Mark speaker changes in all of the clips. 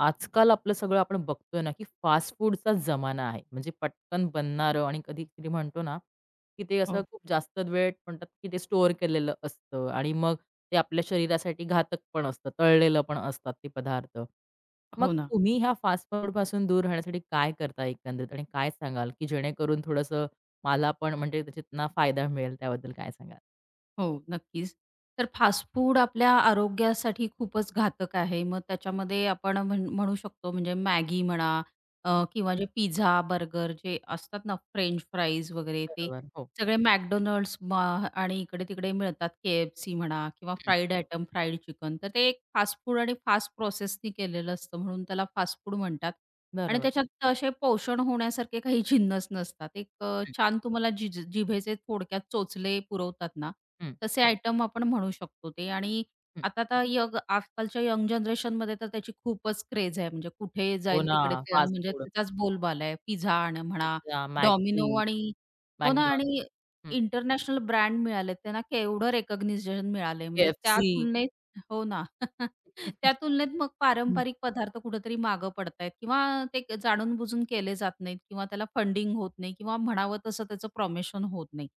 Speaker 1: आजकाल आपलं सगळं आपण बघतोय ना, की फास्ट फूडचाच जमाना आहे. म्हणजे पटकन बनणारं आणि कधी-कधी म्हणतो ना, की ते असं
Speaker 2: हो,
Speaker 1: खूप जास्त वेळ म्हणतात, की ते स्टोअर केलेलं असतं आणि मग ते आपल्या शरीरासाठी घातक पण असतं. तळलेलं पण असतात ते पदार्थ. मग
Speaker 2: हो ना.
Speaker 1: तुम्ही ह्या फास्ट फूडपासून दूर राहण्यासाठी काय करता एकंदरीत आणि काय सांगाल, की जेणेकरून थोडंसं मला पण म्हणजे त्याच्यातनं फायदा मिळेल त्याबद्दल काय सांगाल?
Speaker 2: हो, नक्कीच. तर फास्ट फूड आपल्या आरोग्यासाठी खूपच घातक आहे. मग त्याच्यामध्ये आपण म्हणू शकतो म्हणजे मॅगी म्हणा किंवा जे पिझ्झा, बर्गर जे असतात ना फ्रेंच फ्राईज वगैरे ते
Speaker 1: बरोबर. हो.
Speaker 2: सगळे McDonald's आणि इकडे-तिकडे मिळतात. KFC म्हणा किंवा
Speaker 1: हं.
Speaker 2: Fried item, fried chicken. तर ते एक फास्ट फूड आणि फास्ट प्रोसेसनी केलेलं असतं म्हणून त्याला फास्ट फूड म्हणतात. आणि
Speaker 1: बरोबर.
Speaker 2: त्याच्यात असे पोषण होण्यासारखे काही जिन्नस नसतात. एक
Speaker 1: हं,
Speaker 2: छान तुम्हाला जी जिभेचे थोडक्यात चोचले पुरवतात ना
Speaker 1: हं,
Speaker 2: तसे आयटम आपण म्हणू शकतो ते आणि
Speaker 1: हं.
Speaker 2: आता आता यंग आजकालच्या यंग जनरेशनमध्ये तर त्याची खूपच क्रेज आहे. म्हणजे कुठे
Speaker 1: हो
Speaker 2: जाईल
Speaker 1: ना,
Speaker 2: तिकडे ते
Speaker 1: फास्ट
Speaker 2: म्हणजे
Speaker 1: फूड,
Speaker 2: त्याचाच बोलबाला आहे. पिझ्झा आणि म्हणा,
Speaker 1: पिझ्झा, मॅगी.
Speaker 2: डॉमिनो आणि हो ना
Speaker 1: McDonald's,
Speaker 2: आणि
Speaker 1: हं.
Speaker 2: इंटरनॅशनल ब्रँड मिळाले त्यांना केवढं रिकॉग्निशन मिळालंय म्हणजे त्या
Speaker 1: KFC.
Speaker 2: तुलनेत हो ना. त्या तुलनेत मग
Speaker 1: हं.
Speaker 2: पारंपरिक पदार्थ कुठेतरी मागं पडतायत किंवा ते जाणून-बुजून केले जात नाहीत किंवा त्याला फंडिंग होत नाही किंवा म्हणावं तसं त्याचं प्रमोशन होत नाही.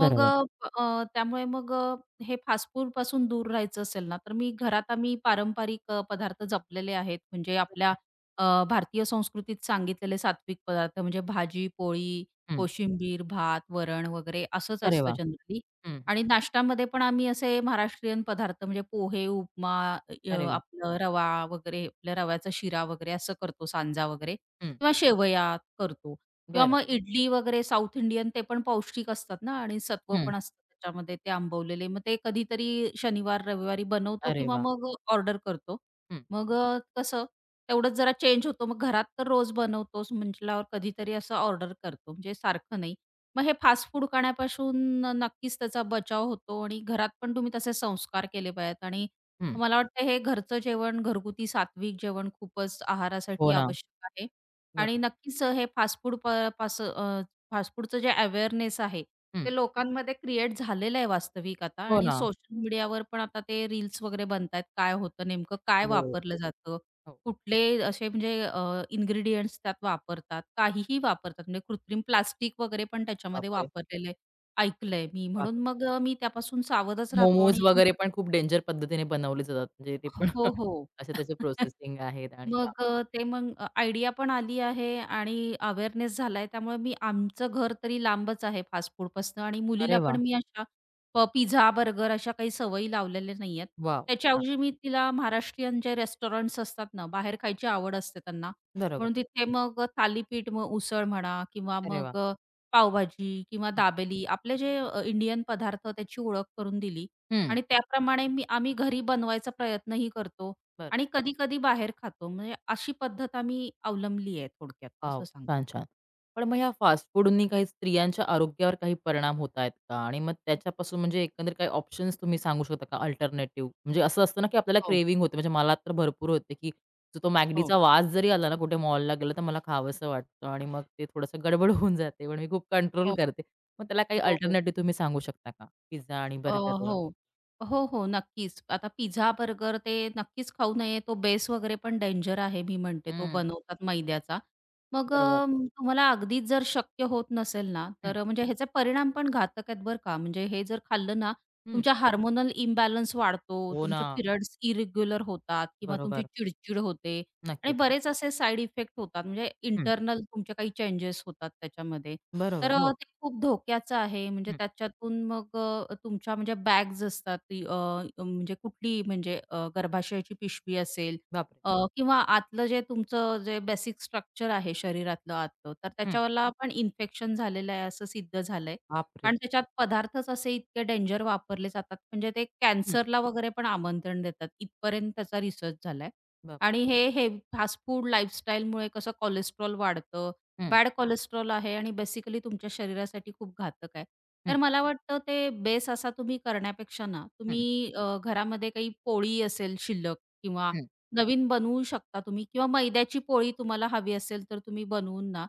Speaker 2: मग
Speaker 1: बरोबर.
Speaker 2: अ, त्यामुळे हे फास्ट फूडपासून दूर राहायचं असेल ना, तर मी घरात आम्ही पारंपरिक पदार्थ जपलेले आहेत. म्हणजे आपल्या भारतीय संस्कृतीत सांगितलेले सात्विक पदार्थ म्हणजे भाजी, पोळी,
Speaker 1: हं.
Speaker 2: कोशिंबीर, भात, वरण वगैरे असंच
Speaker 1: अरे
Speaker 2: असतं
Speaker 1: वाह!
Speaker 2: जनरली.
Speaker 1: हं, हं.
Speaker 2: आणि नाश्त्यामध्ये पण आम्ही असे महाराष्ट्रीयन पदार्थ म्हणजे पोहे, उपमा,
Speaker 1: अरे वाह!
Speaker 2: आपलं रवा वगैरे, आपल्या रव्याचा शिरा वगैरे असं करतो, सांजा वगैरे
Speaker 1: हं.
Speaker 2: किंवा शेवया करतो. किंवा
Speaker 1: बरं.
Speaker 2: मग इडली वगैरे साऊथ इंडियन ते पण पौष्टिक असतात ना आणि सत्व
Speaker 1: हं.
Speaker 2: पण असतं त्याच्यामध्ये ते आंबवलेले. मग ते कधीतरी शनिवार, रविवारी बनवतो
Speaker 1: अरे
Speaker 2: किंवा
Speaker 1: वाह!
Speaker 2: मग ऑर्डर करतो.
Speaker 1: हं,
Speaker 2: कसं तेवढंच जरा चेंज होतो. मग घरात तर रोज बनवतोच म्हटल्यावर कधीतरी असं ऑर्डर करतो. म्हणजे सारखं नाही. मग हे फास्ट फूड खाण्यापासून नक्कीच त्याचा बचाव होतो आणि घरात पण तुम्ही तसे संस्कार केले पाहिजेत आणि
Speaker 1: हं.
Speaker 2: मला वाटतं हे घरचं जेवण, घरगुती सात्विक जेवण खूपच
Speaker 1: हो
Speaker 2: आहारासाठी
Speaker 1: ना.
Speaker 2: आवश्यक आहे. आणि
Speaker 1: बरोबर.
Speaker 2: नक्कीच हे फास्ट फूड प पास अ, फास्ट फूडचं जे अवेअरनेस आहे,
Speaker 1: हं.
Speaker 2: ते लोकांमध्ये क्रिएट झालेलं आहे वास्तविक आता
Speaker 1: हो
Speaker 2: आणि
Speaker 1: ना.
Speaker 2: सोशल मीडियावर पण आता ते रील्स वगैरे बनतायत. काय होतं नेमकं काय
Speaker 1: हो,
Speaker 2: वापरलं जातं?
Speaker 1: हो.
Speaker 2: कुठले असे म्हणजे अ, त्यात वापरतात? काहीही वापरतात म्हणजे कृत्रिम प्लास्टिक वगैरे पण त्याच्यामध्ये
Speaker 1: बापरे!
Speaker 2: वापरलेलं आहे, ऐकलंय मी. म्हणून
Speaker 1: बापरे!
Speaker 2: मी त्यापासून सावधच राहतो आणि
Speaker 1: मोमोज
Speaker 2: आम्ही
Speaker 1: वगैरे पण खूप डेंजर पद्धतीने बनवले जातात. म्हणजे ते पण
Speaker 2: हो, हो.
Speaker 1: असे त्याचे प्रोसेसिंग आहेत आणि
Speaker 2: मग
Speaker 1: बापरे!
Speaker 2: अ, ते मग आयडिया पण आली आहे आणि अवेअरनेस झालाय. त्यामुळे मी आमचं घर तरी लांबच आहे फास्ट फूडपासनं आणि
Speaker 1: अरे
Speaker 2: मुलीला पण
Speaker 1: वाह!
Speaker 2: मी अशा पिझ्झा, बर्गर अशा काही सवयी लावलेल्या नाहीयेत.
Speaker 1: वॉव! हां.
Speaker 2: त्याच्याऐवजी मी तिला महाराष्ट्रीयन जे रेस्टॉरंट्स असतात ना, बाहेर खायची आवड असते त्यांना.
Speaker 1: बरोबर.
Speaker 2: म्हणून तिथे मग थालीपीठ, मग उसळ म्हणा किंवा
Speaker 1: अरे वाह!
Speaker 2: पावभाजी किंवा
Speaker 1: हं.
Speaker 2: दाबेली आपले जे इंडियन पदार्थ त्याची ओळख करून दिली
Speaker 1: हं.
Speaker 2: आणि त्याप्रमाणे मी आम्ही घरी बनवायचा प्रयत्नही करतो.
Speaker 1: बरं.
Speaker 2: आणि कधी-कधी बाहेर खातो. म्हणजे अशी पद्धत आम्ही अवलंबली आहे थोडक्यात
Speaker 1: वॉव!
Speaker 2: असं सांगते.
Speaker 1: छान, छान. पण मग ह्या फास्ट फूडनी काही स्त्रियांच्या आरोग्यावर काही परिणाम होत आहेत का? आणि मग त्याच्यापासून म्हणजे एकंदरीत काही ऑप्शन्स तुम्ही सांगू शकता का अल्टरनेटिव्ह? म्हणजे असं असतं ना, की आपल्याला
Speaker 2: हो,
Speaker 1: क्रेव्हिंग होते. म्हणजे मला तर भरपूर होते, की जो तो
Speaker 2: हो,
Speaker 1: मॅकडीचा वास जरी आला ना, कुठे मॉलला गेलं तर मला खावंसं वाटतं आणि मग ते थोडंसं गडबड होऊन जाते. पण मी खूप कंट्रोल
Speaker 2: हो,
Speaker 1: करते. मग त्याला काही
Speaker 2: हो, हो.
Speaker 1: अल्टरनेटिव्ह तुम्ही सांगू शकता का? पिझ्झा आणि बर्गरला?
Speaker 2: हो. हो, हो. नक्कीच. आता पिझ्झा, बर्गर ते नक्कीच खाऊ नये. तो बेस वगैरे पण डेंजर आहे मी म्हणते. तो
Speaker 1: हं,
Speaker 2: बनवतात मैद्याचा.
Speaker 1: बरोबर.
Speaker 2: तुम्हाला अगदीच जर शक्य होत नसेल ना,
Speaker 1: हं,
Speaker 2: तर म्हणजे ह्याचे परिणाम पण घातक आहेत बरं का. म्हणजे हे जर खाल्लं ना,
Speaker 1: हं.
Speaker 2: तुमच्या हार्मोनल इम्बॅलन्स वाढतो,
Speaker 1: हो ना.
Speaker 2: तुमचे पिरियड्स इरेग्युलर होतात किंवा तुमची
Speaker 1: बरोबर.
Speaker 2: चिडचिड होते. आणि
Speaker 1: नक्कीच.
Speaker 2: बरेच असे साइड इफेक्ट होतात म्हणजे
Speaker 1: हं.
Speaker 2: इंटरनल तुमचे काही चेंजेस होतात त्याच्यामध्ये. तर
Speaker 1: बरोबर.
Speaker 2: अ,
Speaker 1: हो.
Speaker 2: ते खूप धोक्याचं आहे. म्हणजे
Speaker 1: हं.
Speaker 2: त्याच्यातून तुमच्या म्हणजे बॅग्स असतात ती म्हणजे कुठली गर्भाशयाची पिशवी असेल
Speaker 1: बापरे!
Speaker 2: किंवा आतलं जे तुमचं जे बेसिक स्ट्रक्चर आहे शरीरातलं आतलं, तर
Speaker 1: हं.
Speaker 2: त्याच्याला पण इन्फेक्शन झालेलं आहे असं सिद्ध झालंय.
Speaker 1: बापरे!
Speaker 2: कारण त्याच्यात पदार्थच असे इतके डेंजर वापरले जातात म्हणजे ते कॅन्सरला वगैरे पण आमंत्रण देतात. इथपर्यंत त्याचा रिसर्च झालाय.
Speaker 1: बाप
Speaker 2: आणि हे हे फास्ट फूड लाईफस्टाईलमुळे कसं कोलेस्ट्रॉल वाढतं,
Speaker 1: हं,
Speaker 2: बॅड कोलेस्ट्रॉल आहे आणि बेसिकली तुमच्या शरीरासाठी खूप घातक आहे. तर
Speaker 1: हं,
Speaker 2: मला वाटतं ते बेस असा तुम्ही करण्यापेक्षा ना,
Speaker 1: हं,
Speaker 2: तुम्ही घरामध्ये काही पोळी असेल शिल्लक किंवा
Speaker 1: हं.
Speaker 2: नवीन बनवू शकता तुम्ही किंवा मैद्याची पोळी तुम्हाला हवी असेल तर तुम्ही बनवून ना,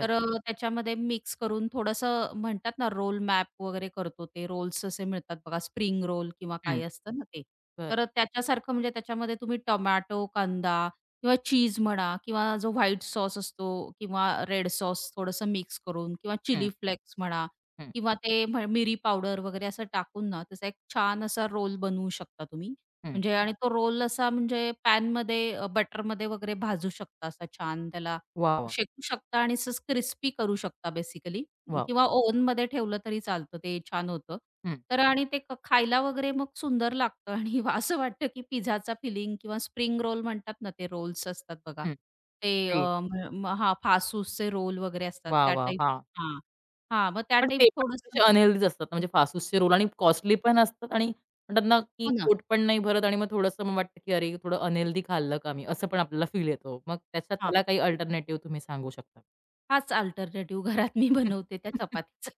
Speaker 2: तर अ, त्याच्यामध्ये मिक्स करून थोडंसं म्हणतात ना, रोल मॅप वगैरे करतो ते रोल्स असे मिळतात बघा स्प्रिंग रोल किंवा
Speaker 1: हं,
Speaker 2: काय असतं ना ते.
Speaker 1: बरं.
Speaker 2: तर त्याच्यासारखं म्हणजे त्याच्यामध्ये तुम्ही टोमॅटो, कांदा किंवा चीज म्हणा किंवा जो व्हाईट सॉस असतो किंवा रेड सॉस थोडंसं मिक्स करून किंवा
Speaker 1: हं,
Speaker 2: चिली फ्लेक्स म्हणा
Speaker 1: हं,
Speaker 2: किंवा ते म्ह मिरी पावडर वगैरे असं टाकून ना, त्याचा एक छान असा रोल बनवू शकता तुम्ही.
Speaker 1: हं.
Speaker 2: म्हणजे आणि तो रोल असा म्हणजे पॅनमध्ये बटरमध्ये वगैरे भाजू शकता असा छान त्याला
Speaker 1: वाह, वाह!
Speaker 2: शेकू शकता आणि असंच क्रिस्पी करू शकता बेसिकली
Speaker 1: वाव!
Speaker 2: किंवा ओव्हनमध्ये ठेवलं तरी चालतं ते छान होतं.
Speaker 1: हं,
Speaker 2: तर आणि ते खायला वगैरे मग सुंदर लागतं आणि असं वाटतं की पिझ्झाचा फिलिंग किंवा स्प्रिंग रोल म्हणतात ना ते रोल्स असतात बघा.
Speaker 1: हं.
Speaker 2: ते अ,
Speaker 1: ते
Speaker 2: म हां, फासुसचे रोल वगैरे असतात
Speaker 1: वाह,
Speaker 2: त्या
Speaker 1: वाह!
Speaker 2: टाइप
Speaker 1: हां.
Speaker 2: हां. हां, मग त्या
Speaker 1: पण
Speaker 2: टाइप
Speaker 1: ते पण
Speaker 2: थोडंसं
Speaker 1: थोडेसे अनहेल्दीच असतात म्हणजे फासुसचे रोल आणि कॉस्टली पण असतात आणि म्हणतात ना, की
Speaker 2: हो ना.
Speaker 1: पोट पण नाही भरत आणि मग थोडंसं मग वाटतं, की "अरे, थोडं अनहेल्दी खाल्लं का मी?" असं पण आपल्याला फील येतो. मग त्याच्यात त्याला काही अल्टरनेटिव्ह तुम्ही सांगू शकता?
Speaker 2: हाच अल्टरनेटिव्ह घरात मी बनवते त्या चपातीचा.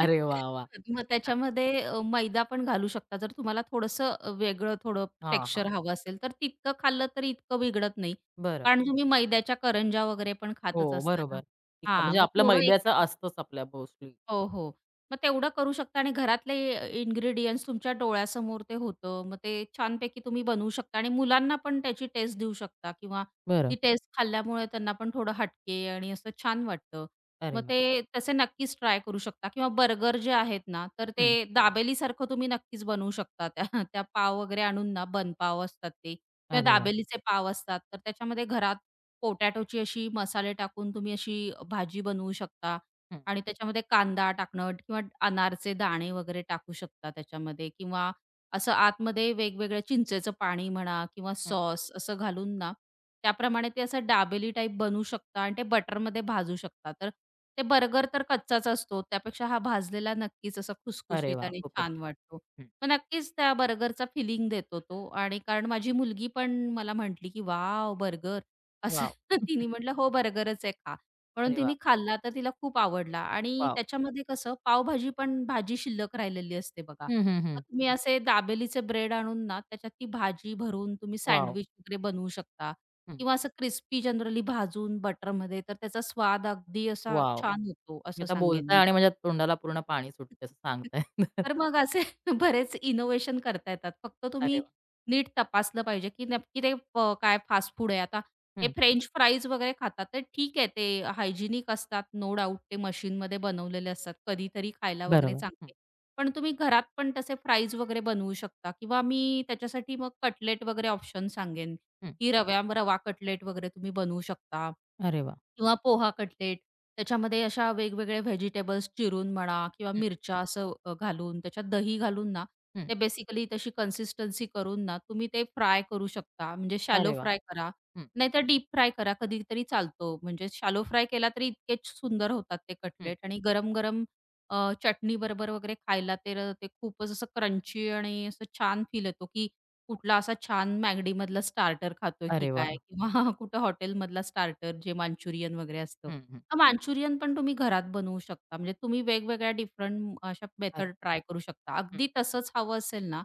Speaker 1: अरे वाह, वाह!
Speaker 2: मग
Speaker 1: हां,
Speaker 2: त्याच्यामध्ये मैदा पण घालू शकता. जर तुम्हाला थोडंसं वेगळं थोडं
Speaker 1: हां, हां.
Speaker 2: टेक्स्चर हवं असेल, तर तितकं खाल्लं तरी इतकं बिघडत नाही.
Speaker 1: बरं.
Speaker 2: कारण तुम्ही मैद्याच्या करंज्या वगैरे पण खातच
Speaker 1: हो,
Speaker 2: असता
Speaker 1: बरोबर.
Speaker 2: ना.
Speaker 1: ठीक आहे.
Speaker 2: हां,
Speaker 1: म्हणजे
Speaker 2: मग
Speaker 1: आपलं
Speaker 2: थोडं
Speaker 1: मैद्याचं
Speaker 2: एखाद
Speaker 1: असतंच आपल्या मोस्टली.
Speaker 2: हो, हो. मग तेवढं करू शकता आणि घरातले इन्ग्रीडियंट्स तुमच्या डोळ्यासमोर ते होतं. मग ते छानपैकी तुम्ही बनवू शकता आणि मुलांना पण त्याची टेस्ट देऊ शकता किंवा
Speaker 1: बरं.
Speaker 2: ती टेस्ट खाल्ल्यामुळे त्यांना पण थोडं हटके आणि असं छान वाटतं.
Speaker 1: अरे
Speaker 2: मग
Speaker 1: वाह!
Speaker 2: ते तसे नक्कीच ट्राय करू शकता किंवा बर्गर जे आहेत ना, तर
Speaker 1: हं.
Speaker 2: ते दाबेलीसारखं तुम्ही नक्कीच बनवू शकता. त्या त्या पाव वगैरे आणून ना, बनपाव असतात ते किंवा
Speaker 1: अरे वाह!
Speaker 2: दाबेलीचे पाव असतात. तर त्याच्यामध्ये घरात पोटॅटोची अशी मसाले टाकून तुम्ही अशी भाजी बनवू शकता
Speaker 1: हं,
Speaker 2: आणि त्याच्यामध्ये कांदा टाकणं किंवा अनारचे दाणे वगैरे टाकू शकता त्याच्यामध्ये किंवा असं आतमध्ये वेगवेगळ्या चिंचेचं पाणी म्हणा किंवा
Speaker 1: हं.
Speaker 2: सॉस असं घालून ना त्याप्रमाणे ते असं डाबेली टाईप बनवू शकता आणि ते बटरमध्ये भाजू शकता. तर ते बर्गर तर कच्चाच असतो. त्यापेक्षा हा भाजलेला नक्कीच असा
Speaker 1: अरे
Speaker 2: खुसखुशीत
Speaker 1: वाह!
Speaker 2: आणि
Speaker 1: खूपच.
Speaker 2: छान वाटतो.
Speaker 1: हं.
Speaker 2: मग नक्कीच त्या बर्गरचा फिलिंग देतो तो आणि कारण माझी मुलगी पण मला म्हटली, की "वॉव! बर्गर" असं
Speaker 1: वॉव!
Speaker 2: तिने म्हटलं, "हो, बर्गरच आहे, खा." म्हणून
Speaker 1: अरे वाह!
Speaker 2: तिने खाल्ला तर तिला खूप आवडला आणि
Speaker 1: वॉव!
Speaker 2: त्याच्यामध्ये कसं पावभाजी पण भाजी शिल्लक राहिलेली असते बघा.
Speaker 1: हं, हं,
Speaker 2: मग
Speaker 1: हं.
Speaker 2: तुम्ही असे दाबेलीचे ब्रेड आणून ना त्याच्यात ती भाजी भरून तुम्ही
Speaker 1: वॉव!
Speaker 2: सँडविच वगैरे बनवू शकता
Speaker 1: हं.
Speaker 2: किंवा असं क्रिस्पी जनरली भाजून बटरमध्ये तर त्याचा स्वाद अगदी असा
Speaker 1: वॉव!
Speaker 2: छान होतो
Speaker 1: तुम्ही
Speaker 2: असं
Speaker 1: आता बोलताय
Speaker 2: सांगेन
Speaker 1: आणि माझ्या तोंडाला पूर्ण पाणी सुटते असं सांगताय.
Speaker 2: तर मग असे बरेच इनोव्हेशन करता येतात. फक्त
Speaker 1: अरे
Speaker 2: तुम्ही
Speaker 1: वाह!
Speaker 2: नीट तपासलं पाहिजे, की नक्की ते काय फास्ट फूड आहे. आता हे
Speaker 1: हं.
Speaker 2: फ्रेंच फ्राईज वगैरे खातात, ते ठीक आहे ते हायजिनिक असतात, नो डाउट ते मशीनमध्ये बनवलेले असतात. कधीतरी खायला वगैरे
Speaker 1: बरोबर. हं,
Speaker 2: चांगले. पण तुम्ही घरात पण तसे फ्राईज वगैरे बनवू शकता किंवा मी त्याच्यासाठी मग कटलेट वगैरे ऑप्शन सांगेन.
Speaker 1: हं.
Speaker 2: की रवा कटलेट वगैरे तुम्ही बनवू शकता
Speaker 1: अरे वाह!
Speaker 2: किंवा पोहा कटलेट. त्याच्यामध्ये अशा वेगवेगळे व्हेजिटेबल्स चिरून म्हणा किंवा
Speaker 1: हं,
Speaker 2: मिरच्या असं घालून त्याच्यात दही घालून ना,
Speaker 1: हं.
Speaker 2: ते बेसिकली तशी कन्सिस्टन्सी करून ना, तुम्ही ते फ्राय करू शकता. म्हणजे शॅलो
Speaker 1: अरे वाह!
Speaker 2: फ्राय करा,
Speaker 1: हं,
Speaker 2: नाहीतर डीप फ्राय करा कधीतरी चालतो. म्हणजे शॅलो फ्राय केला तरी इतकेच सुंदर होतात ते
Speaker 1: हं.
Speaker 2: कटलेट आणि गरम-गरम अ, चटणीबरोबर वगैरे खायला तर ते खूपच असं क्रंची आणि असं छान फील येतो की कुठला असा छान मॅगडीमधला स्टार्टर खातोय की
Speaker 1: अरे
Speaker 2: काय?
Speaker 1: वाह!
Speaker 2: किंवा कुठं हॉटेलमधला स्टार्टर जे मांचुरियन वगैरे असतं.
Speaker 1: हं, हं.
Speaker 2: मांचुरियन पण तुम्ही घरात बनवू शकता. म्हणजे तुम्ही वेगवेगळ्या डिफरंट अशा
Speaker 1: अरे
Speaker 2: मेथड ट्राय करू शकता.
Speaker 1: हं.
Speaker 2: अगदी तसंच हवं असेल ना,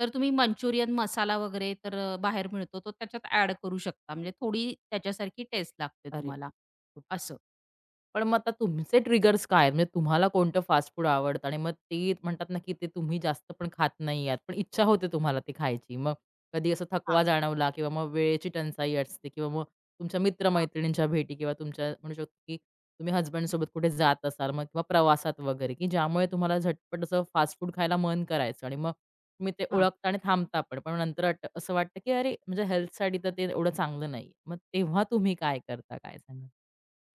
Speaker 2: तर तुम्ही मंचुरियन मसाला वगैरे तर बाहेर मिळतो, तो त्याच्यात ॲड करू शकता. म्हणजे थोडी त्याच्यासारखी टेस्ट लागते
Speaker 1: अरे
Speaker 2: तुम्हाला असं.
Speaker 1: पण मग आता तुमचे ट्रिगर्स काय आहेत? म्हणजे तुम्हाला कोणतं फास्ट फूड आवडतं आणि मग ते म्हणतात ना, की ते तुम्ही जास्त पण खात नाही आहात, पण इच्छा होते तुम्हाला ते खायची. मग कधी असा थकवा
Speaker 2: हां,
Speaker 1: जाणवला किंवा मग वेळेची टंचाई असते किंवा मग तुमच्या मित्र
Speaker 2: हां.
Speaker 1: भेटी किंवा तुमच्या म्हणू शकतो, की तुम्ही हसबँडसोबत कुठे जात असाल मग किंवा प्रवासात वगैरे, की ज्यामुळे तुम्हाला झटपट असं फास्ट फूड खायला मन करायचं आणि मग तुम्ही ते ओळखता आणि थांबता पण. पण नंतर वाटतं असं वाटतं, की अरे, म्हणजे हेल्थसाठी तर ते एवढं चांगलं नाहीये. मग तेव्हा तुम्ही काय करता? काय सांगाल?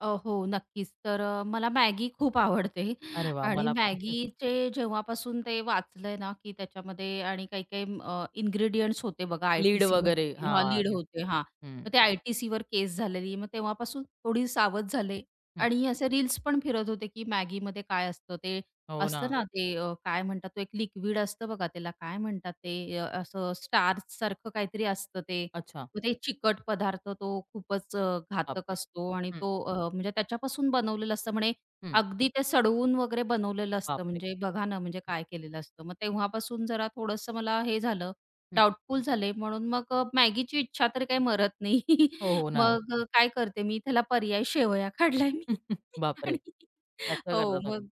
Speaker 2: हो, नक्कीच. तर मला मॅगी खूप आवडते
Speaker 1: अरे वाह!
Speaker 2: आणि
Speaker 1: मला पण.
Speaker 2: मॅगीचे जेव्हापासून ते वाचलंय ना, की त्याच्यामध्ये आणि काही-काही इन्ग्रीडियंट्स होते बघा
Speaker 1: लीड
Speaker 2: आय-टी-सीमध्ये
Speaker 1: वगैरे.
Speaker 2: किंवा
Speaker 1: हां,
Speaker 2: लीड
Speaker 1: लीड.
Speaker 2: होते हां.
Speaker 1: हं,
Speaker 2: मग ते आय-टी-सीवर केस झालेली. मग तेव्हापासून थोडी सावध झाले
Speaker 1: हं.
Speaker 2: आणि असे रील्स पण फिरत होते, की मॅगीमध्ये काय असतं ते
Speaker 1: हो ना.
Speaker 2: असतं ना, ते काय म्हणतात तो एक लिक्विड असतं बघा त्याला काय म्हणतात ते असं स्टार्चसारखं काहीतरी असतं ते
Speaker 1: अच्छा.
Speaker 2: मग ते चिकट पदार्थ तो खूपच घातक
Speaker 1: बापरे!
Speaker 2: असतो आणि
Speaker 1: हं,
Speaker 2: तो म्हणजे त्याच्यापासून बनवलेलं असतं म्हणे.
Speaker 1: हं.
Speaker 2: अगदी ते सडवून वगैरे बनवलेलं असतं
Speaker 1: बापरे!
Speaker 2: म्हणजे बघा ना म्हणजे
Speaker 1: हं,
Speaker 2: काय केलेलं असतं. मग तेव्हापासून जरा थोडंसं मला हे झालं,
Speaker 1: हं.
Speaker 2: डाउटफुल झाले म्हणून मग मॅगीची इच्छा तर काही मरत नाही.
Speaker 1: हो, हो ना.
Speaker 2: मग काय करते मी त्याला पर्याय शेवया काढलाय मी
Speaker 1: बापरे!
Speaker 2: आणि
Speaker 1: असं करता
Speaker 2: हो,
Speaker 1: तुम्ही.
Speaker 2: मग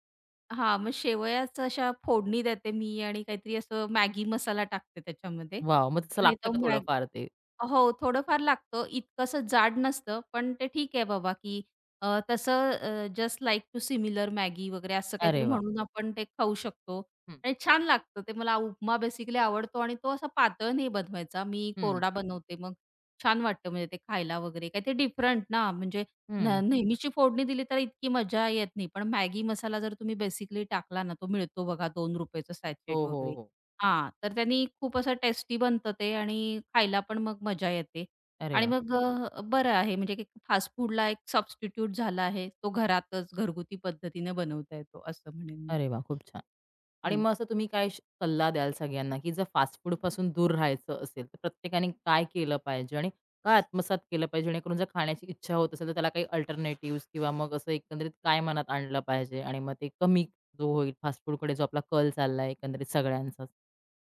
Speaker 2: हां, मग शेवयाच अशा फोडणी देते मी आणि काहीतरी असं मॅगी मसाला टाकते त्याच्यामध्ये
Speaker 1: वाव मग तसं
Speaker 2: आणि
Speaker 1: लागतं
Speaker 2: तो
Speaker 1: का
Speaker 2: मॅग
Speaker 1: थोडंफार ते?
Speaker 2: हो, थोडंफार लागतं. इतकंसं जाड नसतं, पण ते ठीक आहे बाबा, की तसं just like to similar Maggi वगैरे असं काहीतरी
Speaker 1: अरे वाह!
Speaker 2: म्हणून आपण ते खाऊ शकतो
Speaker 1: हं,
Speaker 2: आणि छान लागतं. ते मला उपमा बेसिकली आवडतो आणि तो असा पातळ नाही बनवायचा. मी
Speaker 1: हं,
Speaker 2: कोरडा बनवते, मग छान वाटतं म्हणजे ते खायला वगैरे. काहीतरी डिफरंट ना, म्हणजे
Speaker 1: हं.
Speaker 2: नेहमीची फोडणी दिली तर इतकी मजा येत नाही. पण मॅगी मसाला जर तुम्ही बेसिकली टाकला ना, तो मिळतो बघा ₹2 चा
Speaker 1: हो,
Speaker 2: सॅचेट
Speaker 1: हो,
Speaker 2: वगैरे.
Speaker 1: हो.
Speaker 2: हां, तर त्यांनी खूप असं टेस्टी बनतं ते आणि खायला पण मग मजा येते.
Speaker 1: अरे
Speaker 2: आणि
Speaker 1: वाह!
Speaker 2: बरं आहे म्हणजे एक फास्ट फूडला एक सबस्टिट्यूट झाला आहे. तो घरातच घरगुती पद्धतीने बनवता येतो असं म्हणेन मी.
Speaker 1: अरे वाह! खूप छान. आणि मग असं तुम्ही काय श सल्ला द्याल सगळ्यांना, की जर फास्ट फूडपासून दूर राहायचं असेल, तर प्रत्येकाने काय केलं पाहिजे आणि काय आत्मसात केलं पाहिजे? जेणेकरून जर खाण्याची इच्छा होत असेल, तर त्याला काही अल्टरनेटिव्हज किंवा मग असं एकंदरीत काय मनात आणलं पाहिजे आणि मग ते कमी जो होईल फास्ट फूडकडे जो आपला कल चाललाय एकंदरीत सगळ्यांचाच?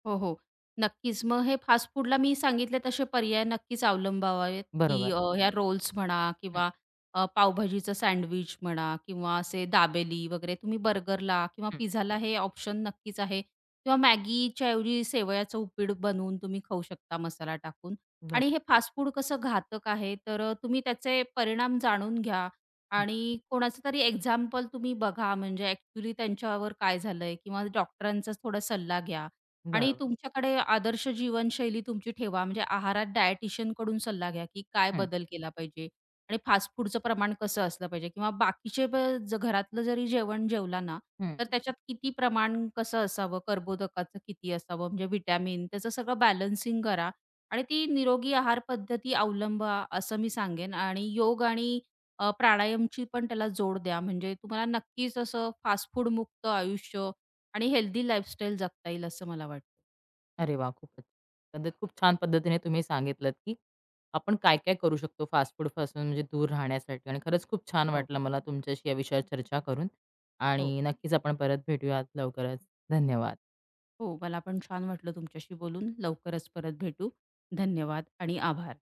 Speaker 2: हो, हो. नक्कीच. मग हे फास्ट फूडला मी सांगितले तसे पर्याय नक्कीच अवलंबावेत, की
Speaker 1: बरोबर.
Speaker 2: ह्या रोल्स म्हणा
Speaker 1: हं,
Speaker 2: किंवा पावभाजीचं सँडविच म्हणा किंवा असे दाबेली वगैरे तुम्ही बर्गरला किंवा
Speaker 1: हं.
Speaker 2: पिझ्झाला हे ऑप्शन नक्कीच आहे किंवा मॅगीच्या ऐवजी शेवयाचं उपीट बनवून तुम्ही खाऊ शकता मसाला टाकून.
Speaker 1: बरं.
Speaker 2: आणि हे फास्ट फूड कसं घातक आहे, तर तुम्ही त्याचे परिणाम जाणून घ्या
Speaker 1: हं.
Speaker 2: आणि कोणाचं तरी एक्झाम्पल तुम्ही बघा म्हणजे ॲक्चुअली त्यांच्यावर काय झालंय किंवा डॉक्टरांचा थोडा सल्ला घ्या. आणि
Speaker 1: बरोबर.
Speaker 2: तुमच्याकडे आदर्श जीवनशैली तुमची ठेवा. म्हणजे आहारात कड़ून सल्ला घ्या, की काय
Speaker 1: हं,
Speaker 2: बदल केला पाहिजे आणि फास्ट फूडचं प्रमाण कसं असलं पाहिजे किंवा बाकीचे ब ज घरातलं जरी जेवण जेवला ना,
Speaker 1: हं.
Speaker 2: तर त्याच्यात किती प्रमाण कसं असावं, कर्बोदकाचं किती असावं, म्हणजे व्हिटॅमिन त्याचं सगळं बॅलन्सिंग करा आणि ती निरोगी आहार पद्धती अवलंबा असं मी सांगेन आणि योग आणि प्राणायामची पण त्याला जोड द्या. म्हणजे तुम्हाला नक्कीच असं फास्ट फूड मुक्त आयुष्य आणि हेल्दी लाईफस्टाईल जगता येईल असं मला वाटतं.
Speaker 1: अरे वाह! खूपच. पद्धत खूप छान पद्धतीने तुम्ही सांगितलत, की आपण काय-काय करू शकतो फास्ट फूडपासून म्हणजे दूर राहण्यासाठी आणि खरंच खूप छान
Speaker 2: हो,
Speaker 1: वाटलं मला तुमच्याशी या विषयावर चर्चा करून
Speaker 2: हो,
Speaker 1: आणि नक्कीच आपण परत भेटूयात लवकरच. धन्यवाद.
Speaker 2: हो. मला पण छान वाटलं तुमच्याशी बोलून. लवकरच परत भेटू. धन्यवाद आणि आभार.